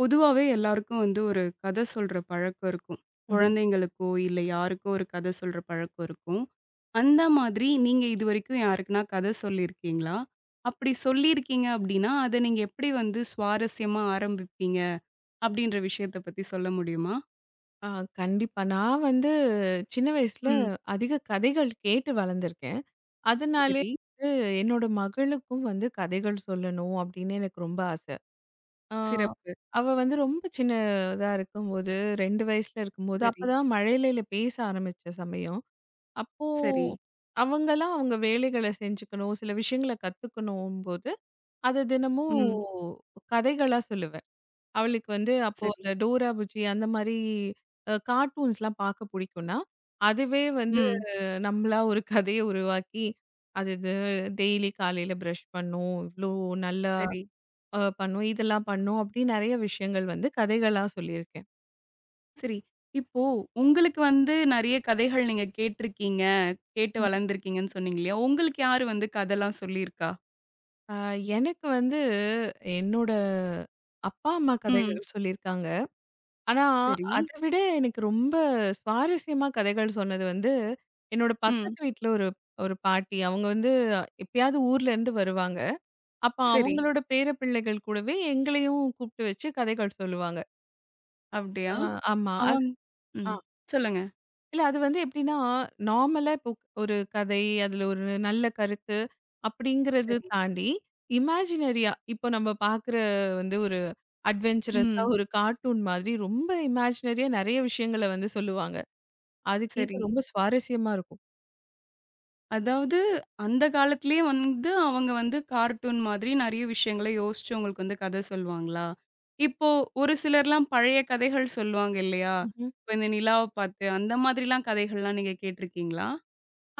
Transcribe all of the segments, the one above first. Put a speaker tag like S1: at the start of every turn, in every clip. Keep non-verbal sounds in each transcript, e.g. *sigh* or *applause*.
S1: பொதுவாவே எல்லாருக்கும் வந்து ஒரு கதை சொல்ற பழக்கம் இருக்கும்.
S2: ம்ஹ்ம்.
S1: குழந்தைங்களுக்கோ, இல்ல யாருக்கோ ஒரு கதை சொல்ற பழக்கம் இருக்கும். அந்த மாதிரி நீங்க இதுவரைக்கும் யாருக்குன்னா கதை சொல்லியிருக்கீங்களா? அப்படி சொல்லியிருக்கீங்க அப்படின்னா, அத நீங்க எப்படி வந்து சுவாரஸ்யமா ஆரம்பிப்பீங்க? அப்படின்ற விஷயத்த பத்தி சொல்ல முடியுமா?
S2: ஆ கண்டிப்பா. நான் வந்து சின்ன வயசுல
S1: ம்.
S2: அதிக கதைகள் கேட்டு வளர்ந்துருக்கேன். அதனாலே
S1: சரி,
S2: வந்து என்னோட மகளுக்கும் வந்து கதைகள் சொல்லணும் அப்படின்னு எனக்கு ரொம்ப ஆசை. ஆ
S1: சிறப்பு.
S2: அவ வந்து ரொம்ப சின்னதா இருக்கும்போது 2 வயசுல இருக்கும்போது,
S1: சரி,
S2: அப்பதான் மழலையில பேச ஆரம்பிச்ச சமயம். அப்போ
S1: சரி,
S2: அவங்கலாம் அவங்க வேலைகள செஞ்சுக்கணும், சில விஷயங்கள கத்துக்கணும்போது, அத தினமும்
S1: ம்.
S2: கதைகளா சொல்லுவேன். அவளுக்கு வந்து அப்போ
S1: சரி,
S2: அந்த டோரா புஜ்ஜி அந்த மாரி கார்ட்டூன்ஸ்லாம் பார்க்க புடிக்கும்னா, அதுவே வந்து
S1: ம்.
S2: நம்மளா ஒரு கதைய உருவாக்கி, அது இது டெய்லி காலையில பிரஷ் பண்ணும். இவ்ளோ நல்லா
S1: சரி,
S2: பண்ணும். இதெல்லாம் பண்ணும். அப்படின்னு நெறைய விஷயங்கள் வந்து கதைகளா சொல்லியிருக்கேன்.
S1: சரி. இப்போ உங்களுக்கு வந்து நெறைய கதைகள் நீங்க கேட்டுருக்கீங்க. கேட்டு வளர்ந்துருக்கீங்கன்னு சொன்னீங்க இல்லையா? உங்களுக்கு யாரு வந்து கதலாம் சொல்லியிருக்கா?
S2: அ எனக்கு வந்து என்னோட அப்பா, அம்மா
S1: ம்.
S2: கதைகள் சொல்லியிருக்காங்க. ஆனா,
S1: சரி.
S2: அத விட எனக்கு ரொம்ப சுவாரஸ்யமா கதைகள் சொன்னது வந்து, என்னோட
S1: ம்.
S2: பக்கத்து வீட்ல ஒரு ஒரு பாட்டி. அவங்க வந்து எப்பயாவது ஊர்ல இருந்து வருவாங்க. அப்ப
S1: சரி.
S2: அவங்களோட பேர பிள்ளைகள் கூடவே எங்களையும் கூப்பிட்டு வச்சு கதைகள் சொல்லுவாங்க.
S1: அப்படியா?
S2: ஆ ஆமா. அது
S1: அவங்
S2: ஆ
S1: ம். சொல்லுங்க.
S2: இல்ல அது வந்து எப்படின்னா, நார்மலா இப்போ ஒரு கதை, அதுல ஒரு நல்ல கருத்து அப்படிங்கிறது
S1: சரி.
S2: தாண்டி, இமேஜினரியா இப்போ நம்ம பார்க்குற வந்து ஒரு அட்வென்ச்சரஸா
S1: ம்.
S2: ஒரு கார்ட்டூன் மாதிரி ரொம்ப இமேஜினரியா நெறைய விஷயங்கள வந்து சொல்லுவாங்க. அது
S1: சரி.
S2: கேட்க ரொம்ப சுவாரஸ்யமா இருக்கும்.
S1: அதாவது அந்த காலத்திலேயே வந்து அவங்க வந்து கார்ட்டூன் மாதிரி நெறைய விஷயங்கள யோசிச்சு உங்களுக்கு வந்து கதை சொல்லுவாங்களா? இப்போ ஒரு சிலர்லாம் பழைய கதைகள் சொல்லுவாங்க இல்லையா?
S2: ம்ஹ்ம்.
S1: இப்ப இந்த நிலாவ பார்த்து அந்த மாதிரிலாம் கதைகள்லாம் நீங்க கேட்டுருக்கீங்களா?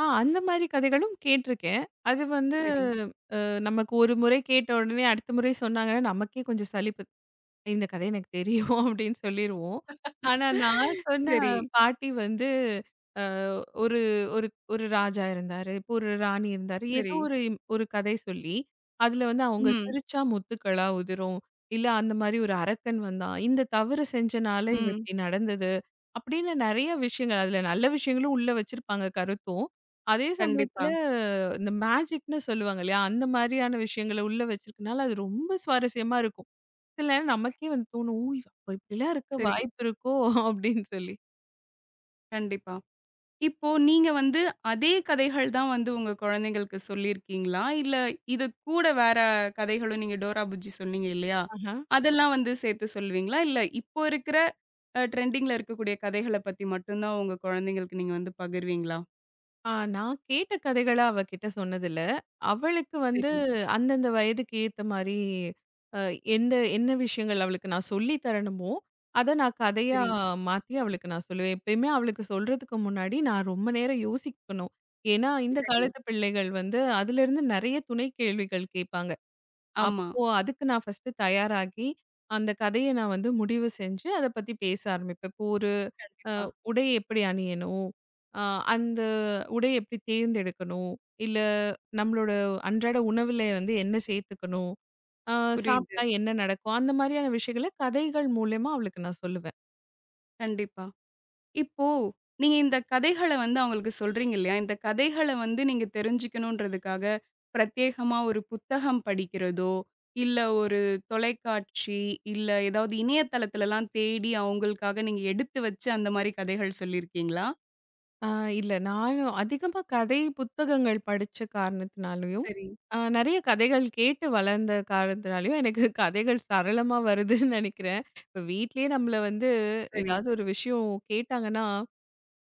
S2: அந்த மாரி கதைகளும் கேட்டுருக்கேன். அது வந்து
S1: சரி.
S2: நமக்கு ஒரு முறை கேட்ட உடனே அடுத்த முறை சொன்னாங்கன்னா நமக்கே கொஞ்சம் சலிப்பு இந்த கதை எனக்கு தெரியும் *laughs* அப்படின்னு சொல்லிருவோம். ஆனா நான் சொன்ன
S1: சரி,
S2: பாட்டி வந்து அ ஒரு ஒரு ஒரு ராஜா இருந்தாரு. இப்போ ஒரு ராணி இருந்தாரு.
S1: சரி.
S2: ஒரு கதை சொல்லி, அதுல வந்து அவங்க
S1: ம்.
S2: சிரிச்சா முத்துக்களா உதிரும். இல்ல அந்த மாரி ஒரு அரக்கன் வந்தான். இந்த தவறு செஞ்சனால இவ
S1: ம்.
S2: இப்படி நடந்தது. அப்படின்னு நெறைய விஷயங்கள். அதுல நல்ல விஷயங்களும் உள்ள வச்சிருப்பாங்க கருத்தும். அதே
S1: கண்டிப்பா.
S2: சமயத்துல இந்த மேஜிக்ன்னு சொல்லுவாங்க இல்லையா? அந்த மாரியான விஷயங்கள உள்ள வச்சிருக்கனால அது ரொம்ப சுவாரஸ்யமா இருக்கும். சில நேரம் நமக்கே வந்து தோணும். "ஓ! இது அப்ப இப்படிலாம் இருக்க
S1: சரி.
S2: வாய்ப்பு இருக்கோ?" அப்படின்னு சொல்லி.
S1: கண்டிப்பா. இப்போ நீங்க வந்து அதே கதைகள் தான் வந்து உங்க குழந்தைங்களுக்கு சொல்லியிருக்கீங்களா? இல்ல இது கூட வேற கதைகளும் நீங்க டோரா புஜ்ஜி சொன்னீங்க இல்லையா?
S2: ஆஹா.
S1: அதெல்லாம் வந்து சேர்த்து சொல்லுவீங்களா? இல்ல இப்போ இருக்கிற ட்ரெண்டிங்ல இருக்கக்கூடிய கதைகள பத்தி மட்டும் தான் உங்க குழந்தைங்களுக்கு நீங்க வந்து பகிர்வீங்களா?
S2: நான் கேட்ட கதைகள அவ கிட்ட சொன்னதில்ல. அவளுக்கு வந்து
S1: சரி,
S2: அந்தந்த வயதுக்கு ஏத்த மாரி அ என்ன விஷயங்கள் அவளுக்கு நான் சொல்லி தரணுமோ, அத நான் கதையா
S1: சரி,
S2: மாத்தி அவளுக்கு நான் சொல்லுவேன். எப்பயுமே அவளுக்கு சொல்றதுக்கு முன்னாடி நான் ரொம்ப நேரம் யோசிக்கணும். ஏன்னா, இந்த
S1: சரி.
S2: காலத்து பிள்ளைகள் வந்து அதிலிருந்து நெறைய துணை கேள்விகள் கேட்பாங்க.
S1: ஆமா.
S2: அப்போ அதுக்கு நான் ஃபர்ஸ்ட்டு தயாராகி, அந்த கதைய நான் வந்து முடிவு செஞ்சு, அத பத்தி பேச ஆரம்பிப்பேன். இப்போ ஒரு அ
S1: கண்டிப்பா.
S2: உடை எப்படி அணியணும்? அ அந்த உடை எப்படி தேர்ந்தெடுக்கணும்? இல்ல நம்மளோட அன்றாட உணவுல வந்து என்ன சேர்த்துக்கணும்? அ
S1: புரியுது.
S2: சாப்பிட்டா என்ன நடக்கும்? அந்த மாரியான விஷயங்கள கதைகள் மூலியமா அவளுக்கு நான் சொல்லுவேன்.
S1: கண்டிப்பா. இப்போ, நீங்க இந்த கதைகள வந்து அவங்களுக்கு சொல்றீங்க இல்லையா? இந்த கதைகள வந்து நீங்க தெரிஞ்சுக்கணுன்றதுக்காக, பிரத்யேகமா ஒரு புத்தகம் படிக்கிறதோ, இல்ல ஒரு தொலைக்காட்சி, இல்ல ஏதாவது இணையதளத்துலலாம் தேடி அவங்களுக்காக நீங்க எடுத்து வச்சு அந்த மாரி கதைகள் சொல்லியிருக்கீங்களா?
S2: ஆ இல்ல. நானும் அதிகமா கதை புத்தகங்கள் படிச்ச காரணத்தினாலயும்,
S1: சரி,
S2: நெறைய கதைகள் கேட்டு வளர்ந்த காரணத்தினாலயும், எனக்கு கதைகள் சரளமா வருதுன்னு நெனைக்கிறேன். இப்ப வீட்லயே நம்மள வந்து
S1: சரி.
S2: ஏதாவது ஒரு விஷயம் கேட்டாங்கன்னா,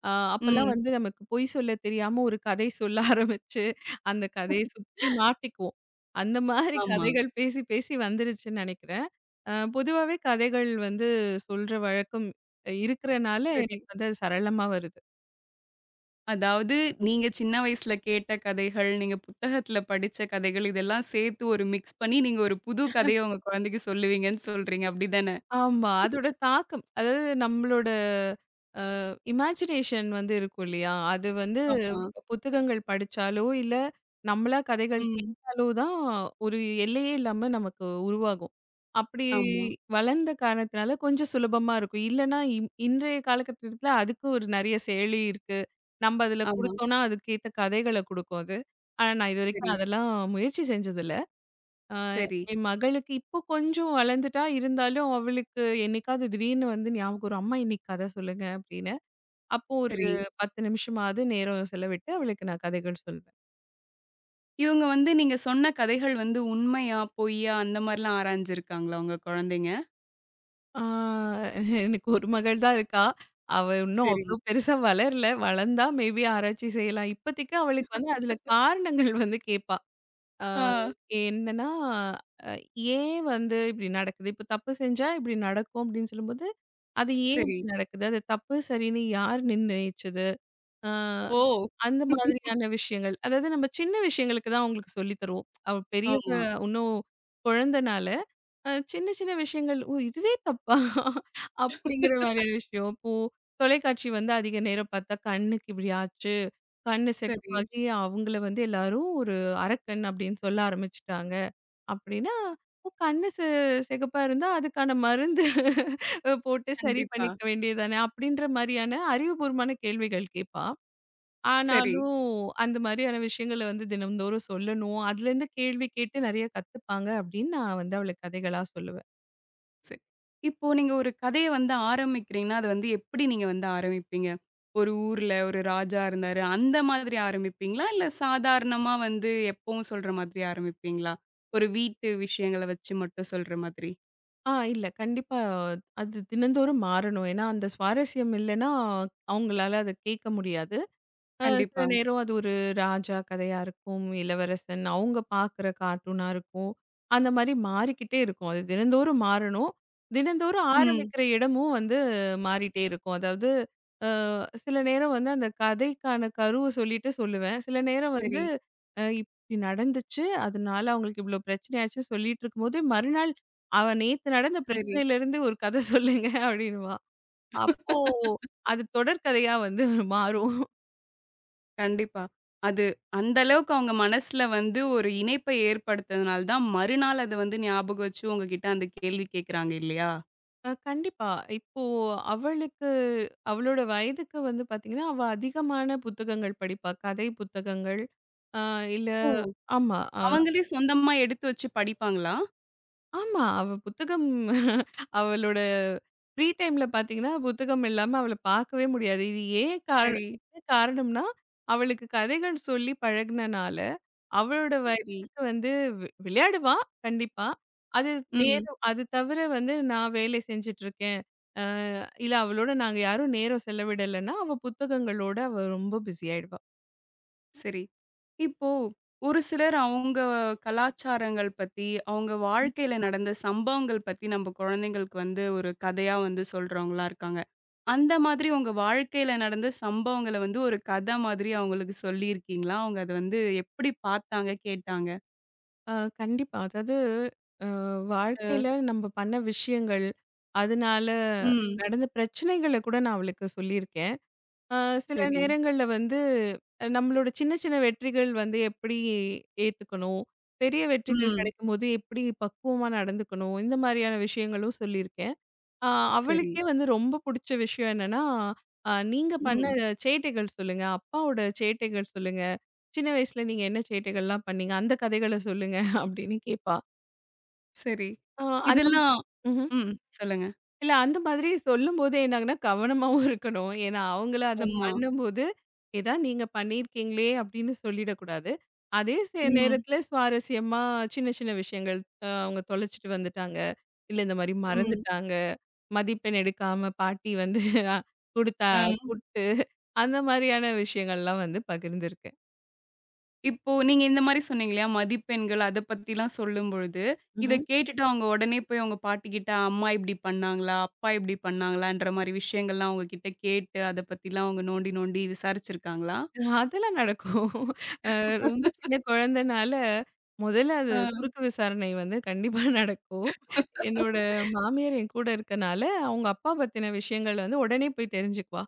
S2: அ அப்பலாம்
S1: ம்.
S2: வந்து நமக்கு பொய் சொல்ல தெரியாம ஒரு கதை சொல்ல ஆரம்பிச்சு, அந்த கதைய சுத்தி மாட்டிக்குவோம். அந்த மாரி
S1: ஆமா.
S2: கதைகள் பேசி பேசி வந்துருச்சுன்னு நெனைக்கிறேன். பொதுவாவே கதைகள் வந்து சொல்ற வழக்கம் இருக்கிறனால
S1: சரி.
S2: எனக்கு வந்து அது சரளமா வருது.
S1: அதாவது நீங்க சின்ன வயசுல கேட்ட கதைகள், நீங்க புத்தகத்துல படிச்ச கதைகள், இதெல்லாம் சேர்த்து ஒரு மிக்ஸ் பண்ணி, நீங்க ஒரு புது கதைய உங்க குழந்தைக்கு சொல்லுவீங்கன்னு சொல்றீங்க. அப்டிதானே?
S2: ஆமா. அதோட தாக்கம். அதாவது நம்மளோட இமேஜினேஷன் வந்து இருக்கும் இல்லையா? அது வந்து
S1: ஆமா.
S2: புத்தகங்கள் படிச்சாலோ, இல்ல நம்மளா கதைகள்
S1: ம்.
S2: கேட்டாலோ தான் ஒரு எல்லையே இல்லாம நமக்கு உருவாகும். அப்படி
S1: ஆமா,
S2: வளர்ந்த காரணத்தினால கொஞ்சம் சுலபமா இருக்கும். இல்லன்னா இன்றைய காலகட்டத்துல அதுக்கு ஒரு நெறைய செயலி இருக்கு. நம்ம அதுல
S1: ஆமா.
S2: குடுத்தோம்னா, அதுக்கேத்த கதைகள குடுக்கும் அது. ஆனா நான்
S1: சரி,
S2: இதுவரைக்கும் அதெல்லாம் முயற்சி செஞ்சதில்ல. ஆ,
S1: சரி,
S2: என் மகளுக்கு இப்போ கொஞ்சம் வளர்ந்துட்டா, இருந்தாலும் அவளுக்கு என்னைக்காவது திடீர்னு வந்து ஞாபகம் வரும். அம்மா இன்னைக்கு கதை சொல்லுங்க அப்படின்னு. அப்போ ஒரு
S1: சரி.
S2: 10 நிமிஷமாவது நேரம் செலவிட்டு அவளுக்கு நான் கதைகள் சொல்வேன்.
S1: இவங்க வந்து நீங்க சொன்ன கதைகள் வந்து உண்மையா, பொய்யா அந்த மாரிலாம் ஆராய்ஞ்சிருக்காங்களா உங்க குழந்தைங்க?
S2: ஆ எனக்கு ஒரு மகள் தான் இருக்கா. அவ இன்னும் அவ்ளோ
S1: சரி.
S2: பெருசா வளரல. வளர்ந்தா மேபி ஆராய்ச்சி செய்யலாம். இப்போதைக்கு அவளுக்கு வந்து அதில காரணங்கள் வந்து கேட்பா. ஆ
S1: ஆ,
S2: என்னன்னா, அ ஏன் வந்து இப்படி நடக்குது? இப்போ தப்பு செஞ்சா இப்படி நடக்கும் அப்படின்னு சொல்லும்போது அது ஏன்
S1: சரி.
S2: இப்படி நடக்குது? அது தப்பு, சரின்னு யார் நிர்ணயிச்சது? அ
S1: ஓ!
S2: அந்த மாதிரியான விஷயங்கள். அதாவது நம்ம சின்ன விஷயங்களுக்கு தான் அவங்களுக்கு சொல்லி தருவோம். அவ பெரியவ
S1: ஆமா.
S2: இன்னும் குழந்தனால, சின்ன சின்ன விஷயங்கள், "ஓ! இதுவே தப்பா?" அப்படிங்கிற மாதிரியான விஷயம். இப்போ தொலைக்காட்சி வந்து அதிக நேரம் பார்த்தா கண்ணுக்கு இப்படி ஆச்சு, கண்ணு
S1: சரி.
S2: சிகப்பாகி அவங்கள வந்து எல்லாரும் ஒரு அரக்கன் அப்படின்னு சொல்ல ஆரம்பிச்சுட்டாங்க. அப்படின்னா, "ஓ! கண்ணு செ சிகப்பா இருந்தா அதுக்கான மருந்து *laughs* போட்டு சரி
S1: கண்டிப்பா.
S2: பண்ணிக்க வேண்டியது தானே!" அப்படின்ற மாரியான அறிவுபூர்வமான கேள்விகள் கேட்பா.
S1: சரி.
S2: ஆனாலும் அந்த மாரியான விஷயங்கள வந்து தினம்தோறும் சொல்லணும். அதுலேருந்து கேள்வி கேட்டு நெறைய கத்துப்பாங்க அப்படின்னு நான் வந்து அவளுக்கு கதைகளா சொல்லுவேன்.
S1: சரி. இப்போ நீங்க ஒரு கதைய வந்து ஆரம்பிக்கிறீங்கன்னா, அது வந்து எப்படி நீங்க வந்து ஆரம்பிப்பீங்க? ஒரு ஊர்ல ஒரு ராஜா இருந்தாரு. அந்த மாதிரி ஆரம்பிப்பீங்களா? இல்ல சாதாரணமா வந்து எப்பவும் சொல்ற மாதிரி ஆரம்பிப்பீங்களா? ஒரு வீட்டு விஷயங்கள வச்சு மட்டும் சொல்ற மாதிரி?
S2: இல்ல கண்டிப்பா அது தினந்தோறும் மாறணும். ஏன்னா, அந்த சுவாரஸ்யம் இல்லன்னா, அவங்களால அத கேட்க முடியாது. சில
S1: கண்டிப்பா.
S2: நேரம் அது ஒரு ராஜா கதையா இருக்கும், இளவரசன் அவங்க பார்க்குற கார்ட்டூனா இருக்கும். அந்த மாரி மாறிக்கிட்டே இருக்கும். அது தினந்தோறும் மாறணும். தினந்தோறும்
S1: ம்.
S2: ஆரம்பிக்கிற இடமும் வந்து மாறிட்டே இருக்கும். அதாவது சில நேரம் வந்து அந்த கதைக்கான கருவ சொல்லிட்டு சொல்லுவேன். சில நேரம் வந்து
S1: சரி,
S2: இப்டி நடந்துச்சு, அதனால அவங்களுக்கு இவ்ளோ பிரச்சனையாச்சு சொல்லிட்டு இருக்கும்போது, மறுநாள் "அவ நேத்து நடந்த
S1: சரி.
S2: பிரச்சனையிலருந்து ஒரு கத சொல்லுங்க" அப்டின்னுவா. அப்போ அது தொடர் கதையா வந்து மாறும்.
S1: கண்டிப்பா. அது அந்த அளவுக்கு அவங்க மனசுல வந்து ஒரு இணைப்ப ஏற்படுத்துனதுனால தான், மறுநாள் அத வந்து ஞாபகம் வச்சு உங்ககிட்ட அந்த கேள்வி கேட்கறாங்க இல்லையா?
S2: கண்டிப்பா. இப்போ அவளுக்கு அவளோட வயதுக்கு வந்து பார்த்தீங்கன்னா, அவ அதிகமான புத்தகங்கள் படிப்பா. கதை புத்தகங்கள், அ இல்ல
S1: ஓ!
S2: ஆமா. அ
S1: அவங்களே சொந்தமா எடுத்து வச்சு படிப்பாங்களா?
S2: ஆமா. அவ புத்தகம் *laughs* அவளோட ஃப்ரீ டைம்ல பார்த்தீங்கன்னா, புத்தகம் இல்லாம அவள பார்க்கவே முடியாது. இது ஏன் காரணம்
S1: சரி.
S2: என்ன காரணம்னா, அவளுக்கு கதைகள் சொல்லி பழகுனனால, அவளோட
S1: சரி.
S2: வயதுக்கு வந்து விளையாடுவா, கண்டிப்பா. அது
S1: ம்.
S2: நேரம் அது தவிர வந்து நான் வேலை செஞ்சுட்டு இருக்கேன். இல்ல அவளோட நாங்க யாரும் நேரம் செலவிடலைன்னா, அவ புத்தகங்களோட அவ ரொம்ப பிஸி ஆயிடுவா.
S1: சரி. இப்போ ஒரு சிலர் அவங்க கலாச்சாரங்கள் பத்தி, அவங்க
S2: ம்.
S1: வாழ்க்கையில நடந்த சம்பவங்கள் பத்தி நம்ம குழந்தைங்களுக்கு வந்து ஒரு கதையா வந்து சொல்றவங்களா இருக்காங்க. அந்த மாதிரி உங்க வாழ்க்கையில நடந்த சம்பவங்கள வந்து ஒரு கதை மாதிரி அவங்களுக்கு சொல்லியிருக்கீங்களா? அவங்க அத வந்து எப்படி பார்த்தாங்க, கேட்டாங்க?
S2: அ கண்டிப்பா. அதாவது அ
S1: அ.
S2: வாழ்க்கையில நம்ம பண்ண விஷயங்கள், அதனால
S1: ம்.
S2: நடந்த பிரச்சனைகள கூட நான் அவளுக்கு சொல்லியிருக்கேன். அ சில
S1: சரி.
S2: நேரங்கள்ல வந்து நம்மளோட சின்ன சின்ன வெற்றிகள் வந்து எப்படி ஏத்துக்கணும், பெரிய வெற்றிகள்
S1: ம்.
S2: கிடைக்கும்போது எப்படி பக்குவமா நடந்துக்கணும், இந்த மாரியான விஷயங்களும் சொல்லியிருக்கேன். ஆ
S1: சரி.
S2: அவளுக்கே வந்து ரொம்ப புடிச்ச விஷயம் என்னன்னா, நீங்க பண்ண
S1: ம்.
S2: சேட்டைகள் சொல்லுங்க. அப்பாவோட சேட்டைகள் சொல்லுங்க. சின்ன வயசுல நீங்க என்ன சேட்டைகள்லாம் பண்ணீங்க? அந்த கதைகள சொல்லுங்க *laughs* அப்படின்னு கேட்பா.
S1: சரி.
S2: ஆ அந்த
S1: இதெல்லாம்
S2: ம்ஹ்ம்.
S1: ம். சொல்லுங்க.
S2: இல்ல அந்த மாதிரி சொல்லும்போது என்ன ஆகும்னா கவனமாவும் இருக்கணும். ஏன்னா அவங்களும் அத
S1: ஆமா.
S2: பண்ணும்போது, ஏதா நீங்க பண்ணியிருக்கீங்களே அப்படின்னு சொல்லிடக்கூடாது. அதே
S1: ம்.
S2: நேரத்துல சுவாரஸ்யமா சின்ன சின்ன விஷயங்கள், அவங்க தொலைச்சுட்டு வந்துட்டாங்க. இல்ல இந்த மாரி
S1: ம்.
S2: மறந்துட்டாங்க. மதிப்பெண் எடுக்காம பாட்டி வந்து *laughs* அ குடுத்தா
S1: அ.
S2: குட்டு அந்த மாரியான விஷயங்கள்லாம் வந்து பகிர்ந்திருக்கேன்.
S1: இப்போ நீங்க இந்த மாரி சொன்னீங்க இல்லையா? மதிப்பெண்கள் அத பத்திலாம் சொல்லும்பொழுது, இத
S2: ம்ஹ்ம்.
S1: கேட்டுட்டு அவங்க உடனே போய் அவங்க பாட்டிக்கிட்ட, "அம்மா இப்படி பண்ணாங்களா? அப்பா இப்படி பண்ணாங்களான்ற" மாரி விஷயங்கள்லாம் உங்ககிட்ட கேட்டு, அத பத்திலாம் அவங்க நோண்டி நோண்டி விசாரிச்சிருக்காங்களா?
S2: அதெல்லாம் நடக்கும். ரொம்ப சின்ன குழந்தனால முதல்ல அது
S1: ஆ.
S2: குறுக்கு விசாரணை வந்து கண்டிப்பா *laughs* நடக்கும். என்னோட மாமியார் என் கூட இருக்கனால, அவங்க அப்பா பத்தின விஷயங்கள் வந்து உடனே போய் தெரிஞ்சுக்குவா.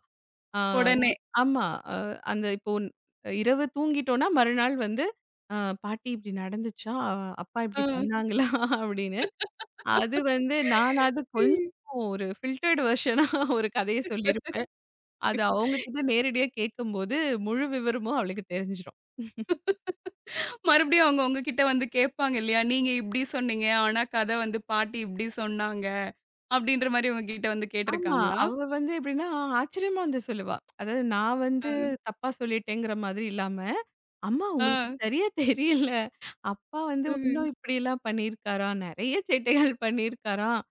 S2: ஆ
S1: உடனே.
S2: ஆமா. அ அந்த இப்போ உன்- இரவு தூங்கிட்டோம்னா மறுநாள் வந்து, "அ பாட்டி இப்படி நடந்துச்சா? அப்பா இப்படி
S1: ஆ.
S2: பண்ணாங்களா?" அப்படின்னு. அது வந்து நானாவது கொஞ்சம் ஒரு ஃபில்டர்ட் வெர்ஷனா ஒரு கதைய சொல்லியிருப்பேன். அது அவங்க கிட்ட நேரடியா கேட்கும்போது முழு விவரமும் அவளுக்கு தெரிஞ்சிரும்.
S1: மறுபடியும் அவங்க உங்ககிட்ட வந்து கேட்பாங்க இல்லையா? "நீங்க இப்படி சொன்னீங்க. ஆனா கத வந்து பாட்டி இப்படி சொன்னாங்க." அப்படின்ற மாரி உங்ககிட்ட வந்து
S2: ஆமா.
S1: கேட்டிருக்காங்களா?
S2: அவ வந்து எப்படின்னா ஆச்சரியமா வந்து சொல்லுவா. அதாவது நான்
S1: அ.
S2: வந்து தப்பா சொல்லிட்டேங்கிற மாதிரி இல்லாம, "அம்மா
S1: ஆ.
S2: உங்களுக்கு சரியா தெரியல. அப்பா வந்து இன்னும்
S1: ம்.
S2: இப்படிலாம் பண்ணியிருக்காராம். நெறைய சேட்டைகள் பண்ணியிருக்காராம்.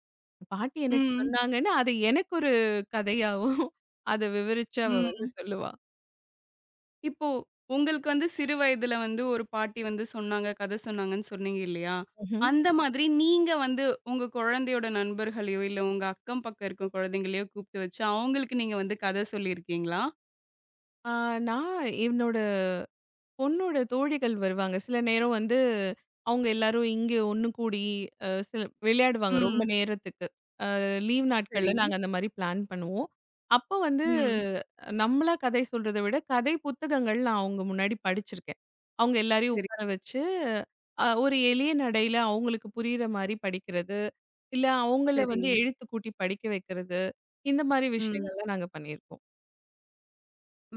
S2: பாட்டி எனக்கு
S1: ம்.
S2: சொன்னாங்கன்னு" அது எனக்கு ஒரு கதையாவும் அத விவரிச்சு அவ வந்து
S1: ம்.
S2: சொல்லுவா.
S1: இப்போ உங்களுக்கு வந்து சிறு வயதுல வந்து ஒரு பாட்டி வந்து சொன்னாங்க, கதை சொன்னாங்கன்னு சொன்னீங்க இல்லையா?
S2: ம்ஹ்ம்.
S1: அந்த மாதிரி நீங்க வந்து உங்க குழந்தையோட நண்பர்களையோ, இல்ல உங்க அக்கம் பக்கம் இருக்க குழந்தைங்களையோ கூப்பிட்டு வச்சு, அவங்களுக்கு நீங்க வந்து கதை சொல்லியிருக்கீங்களா?
S2: ஆ நான் என்னோட பொண்ணோட தோழிகள் வருவாங்க. சில நேரம் வந்து அவங்க எல்லாரும் இங்க ஒண்ணு கூடி அ சில விளையாடுவாங்க ரொம்ப
S1: ம்.
S2: நேரத்துக்கு. லீவ் நாட்கள்ல
S1: சரி.
S2: நாங்க அந்த மாரி பிளான் பண்ணுவோம். அப்போ வந்து
S1: ம்.
S2: நம்மளா கதை சொல்றத விட கதை புத்தகங்கள் நான் அவங்க முன்னாடி படிச்சிருக்கேன். அவங்க எல்லாரையும்
S1: சரி,
S2: உட்கார வச்சு ஒரு எளிய நடையில அவங்களுக்கு புரியிற மாரி படிக்கிறது. இல்ல அவங்கள
S1: சரி.
S2: வந்து எழுத்து கூட்டி படிக்க வைக்கிறது. இந்த மாரி
S1: ம்.
S2: விஷயங்கள்லாம் நாங்க பண்ணியிருக்கோம்.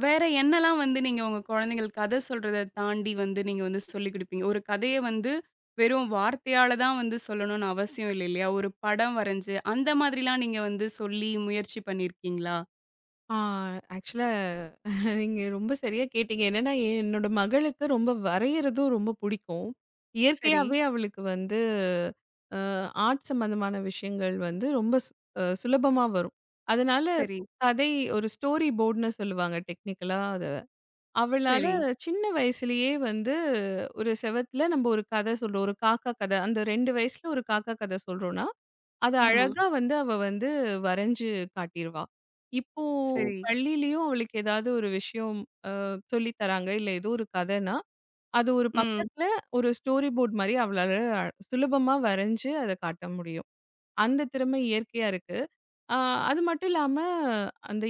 S1: வேற என்னலாம் வந்து நீங்க உங்க குழந்தைங்களுக்கு கதை சொல்றத தாண்டி வந்து நீங்க வந்து சொல்லிக் குடுப்பீங்க? ஒரு கதைய வந்து வெறும் வார்த்தையால தான் வந்து சொல்லணும்னு அவசியம் இல்ல இல்லையா? ஒரு படம் வரைஞ்சு, அந்த மாதிரிலாம் நீங்க வந்து சொல்லி முயற்சி பண்ணியிருக்கீங்களா?
S2: ஆ ஆக்சுவலா நீங்க ரொம்ப சரியா கேட்டீங்க. என்னன்னா, என்னோட மகளுக்கு ரொம்ப வரையறதும் ரொம்ப புடிக்கும்.
S1: சரி,
S2: இயற்கையாவே அவளுக்கு வந்து அ ஆர்ட் சம்பந்தமான விஷயங்கள் வந்து ரொம்ப சு அ சுலபமா வரும். அதனால
S1: சரி,
S2: கதை ஒரு ஸ்டோரி போர்டுன்னு சொல்லுவாங்க டெக்னிக்கலா அத. அவளால
S1: சரி.
S2: சின்ன வயசுலயே வந்து ஒரு செவத்துல நம்ம ஒரு கதை சொல்றோம். ஒரு காக்கா கதை. அந்த 2 வயசுல ஒரு காக்கா கதை சொல்றோம்னா, அது
S1: ஆமா.
S2: அழகா வந்து அவ வந்து வரைஞ்சு காட்டிருவா. இப்போ
S1: சரி.
S2: பள்ளியிலயும் அவளுக்கு ஏதாவது ஒரு விஷயம் சொல்லி தராங்க, இல்ல ஏதோ ஒரு கதைன்னா, அது ஒரு
S1: ம்.
S2: பக்கத்துல ஒரு ஸ்டோரி போர்ட் மாரி அவளால சுலபமா வரைஞ்சு அத காட்ட முடியும். அந்த திறமை
S1: ஸ்
S2: இயற்கையா இருக்கு. அ அது மட்டும் இல்லாம அந்த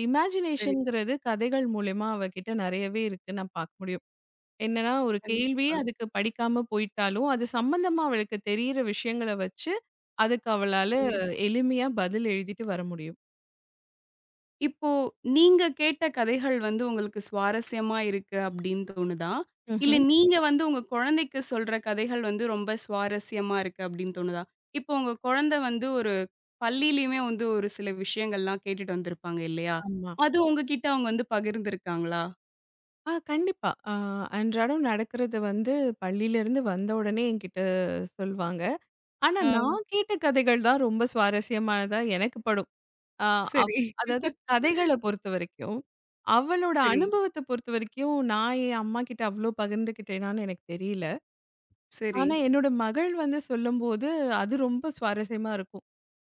S1: சரி.
S2: இமேஜினேஷன்ங்கிறது கதைகள் மூலியமா அவகிட்ட நெறையவே இருக்கு நான் பார்க்க முடியும். என்னன்னா, ஒரு கேள்வியே
S1: கண்டிப்பா.
S2: அதுக்கு படிக்காம போயிட்டாலும், அது சம்மந்தமா அவளுக்கு தெரியிற விஷயங்கள வச்சு, அதுக்கு அவளால
S1: ம்.
S2: எளிமையா பதில் எழுதிட்டு வர முடியும்.
S1: இப்போ நீங்க கேட்ட கதைகள் வந்து உங்களுக்கு சுவாரஸ்யமா இருக்கு அப்டின்னு தோணுதா? இல்ல
S2: ம்ஹ்ம்.
S1: நீங்க வந்து உங்க குழந்தைக்கு சொல்ற கதைகள் வந்து ரொம்ப சுவாரஸ்யமா இருக்கு அப்டின்னு தோணுதா? இப்போ உங்க குழந்தை வந்து ஒரு பள்ளியிலயுமே வந்து ஒரு சில விஷயங்கள்லாம் கேட்டுட்டு வந்திருப்பாங்க இல்லையா?
S2: ஆமா.
S1: அது உங்ககிட்ட அவங்க வந்து பகிர்ந்திருக்காங்களா?
S2: கண்டிப்பா. அன்றாடம் நடக்கிறது வந்து பள்ளியிலருந்து வந்த உடனே என்கிட்ட சொல்வாங்க. ஆனா,
S1: ஆ.
S2: நான் கேட்ட கதைகள் தான் ரொம்ப சுவாரஸ்யமானதா எனக்கு படும். அ அவ்
S1: சரி,
S2: அதாவது
S1: *laughs*
S2: கதைகள பொறுத்தவரைக்கும். அவளோட
S1: சரி,
S2: அனுபவத்த பொறுத்தவரைக்கும், நான் என் அம்மாகிட்ட அவ்ளோ பகிர்ந்துக்கிட்டேனான்னு எனக்கு தெரியல.
S1: சரி,
S2: ஆனா, என்னோட மகள் வந்து சொல்லும்போது, அது ரொம்ப சுவாரஸ்யமா இருக்கும்.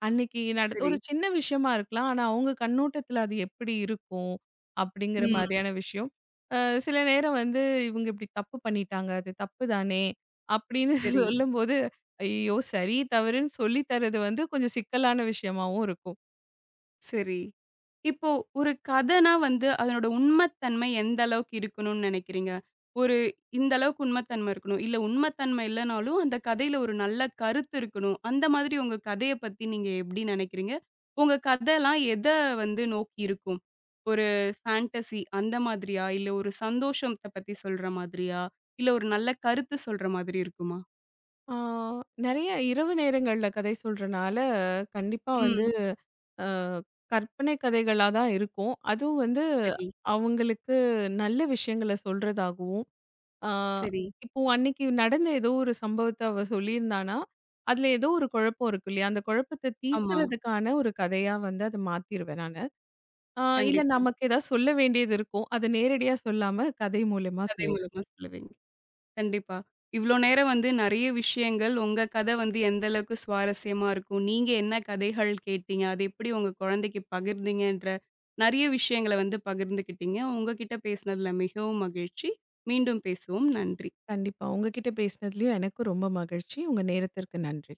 S2: அன்னைக்கு நட
S1: சரி,
S2: ஒரு சின்ன விஷயமா இருக்கலாம். ஆனா, அவங்க கண்ணோட்டத்துல அது எப்படி இருக்கும்? அப்படிங்கிற
S1: ம்.
S2: மாரியான விஷயம். அ சில நேரம் வந்து, இவங்க இப்படி தப்பு பண்ணிட்டாங்க. அது தப்பு தானே! அப்படின்னு
S1: சரி.
S2: *laughs* சொல்லும்போது, ஐயோ! சரி, தவறுன்னு சொல்லி தர்றது வந்து கொஞ்சம் சிக்கலான விஷயமாவும் இருக்கும்.
S1: சரி. இப்போ ஒரு கதைனா வந்து அதனோட உண்மைத்தன்மை எந்த அளவுக்கு இருக்கணும்னு நினைக்கிறீங்க? ஒரு இந்த அளவுக்கு உண்மைத்தன்மை இருக்கணும். இல்ல உண்மைத்தன்மை இல்லனாலும் அந்த கதையில ஒரு நல்ல கருத்து இருக்கணும். அந்த மாதிரி உங்க கதைய பத்தி நீங்க எப்படி நினைக்கிறீங்க? உங்க கதைலாம் எத வந்து நோக்கி இருக்கும்? ஒரு ஃபேண்டஸி அந்த மாதிரியா? இல்ல ஒரு சந்தோஷத்த பத்தி சொல்ற மாதிரியா? இல்ல ஒரு நல்ல கருத்து சொல்ற மாதிரி இருக்குமா?
S2: ஆ நெறைய இரவு நேரங்கள்ல கதை சொல்றனால, கண்டிப்பா
S1: ம்.
S2: அ கற்பனை கதைகளா தான் இருக்கும். அதுவும் வந்து
S1: சரி,
S2: அவங்களுக்கு நல்ல விஷயங்கள சொல்றதாகவும், அ
S1: சரி.
S2: இப்போ அன்னைக்கு நடந்த ஏதோ ஒரு சம்பவத்த அவ சொல்லியிருந்தான்னா, அதுல ஏதோ ஒரு குழப்பம் இருக்கு இல்லையா? அந்த குழப்பத்த
S1: ஆமா.
S2: தீர்க்கிறதுக்கான ஒரு கதையா வந்து அத மாத்திருவேன் நானு. அ இல்ல
S1: கண்டிப்பா.
S2: நமக்கு ஏதாவது சொல்ல வேண்டியது இருக்கும். அத நேரடியா சொல்லாம கதை மூலியமா
S1: கதை
S2: சொல்லிடுவேன்.
S1: மூலமா சொல்லுவீங்க. கண்டிப்பா. இவ்ளோ நேரம் வந்து நெறைய விஷயங்கள், உங்க கத வந்து எந்த அளவுக்கு சுவாரஸ்யமா இருக்கும், நீங்க என்ன கதைகள் கேட்டீங்க, அது எப்படி உங்க குழந்தைக்கு பகிர்ந்தீங்கன்ற நெறைய விஷயங்கள வந்து பகிர்ந்துக்கிட்டீங்க. உங்ககிட்ட பேசினதுல மிகவும் மகிழ்ச்சி. மீண்டும் பேசுவோம். நன்றி.
S2: கண்டிப்பா. உங்ககிட்ட பேசினதுலயும் எனக்கும் ரொம்ப மகிழ்ச்சி. உங்க நேரத்திற்கு நன்றி.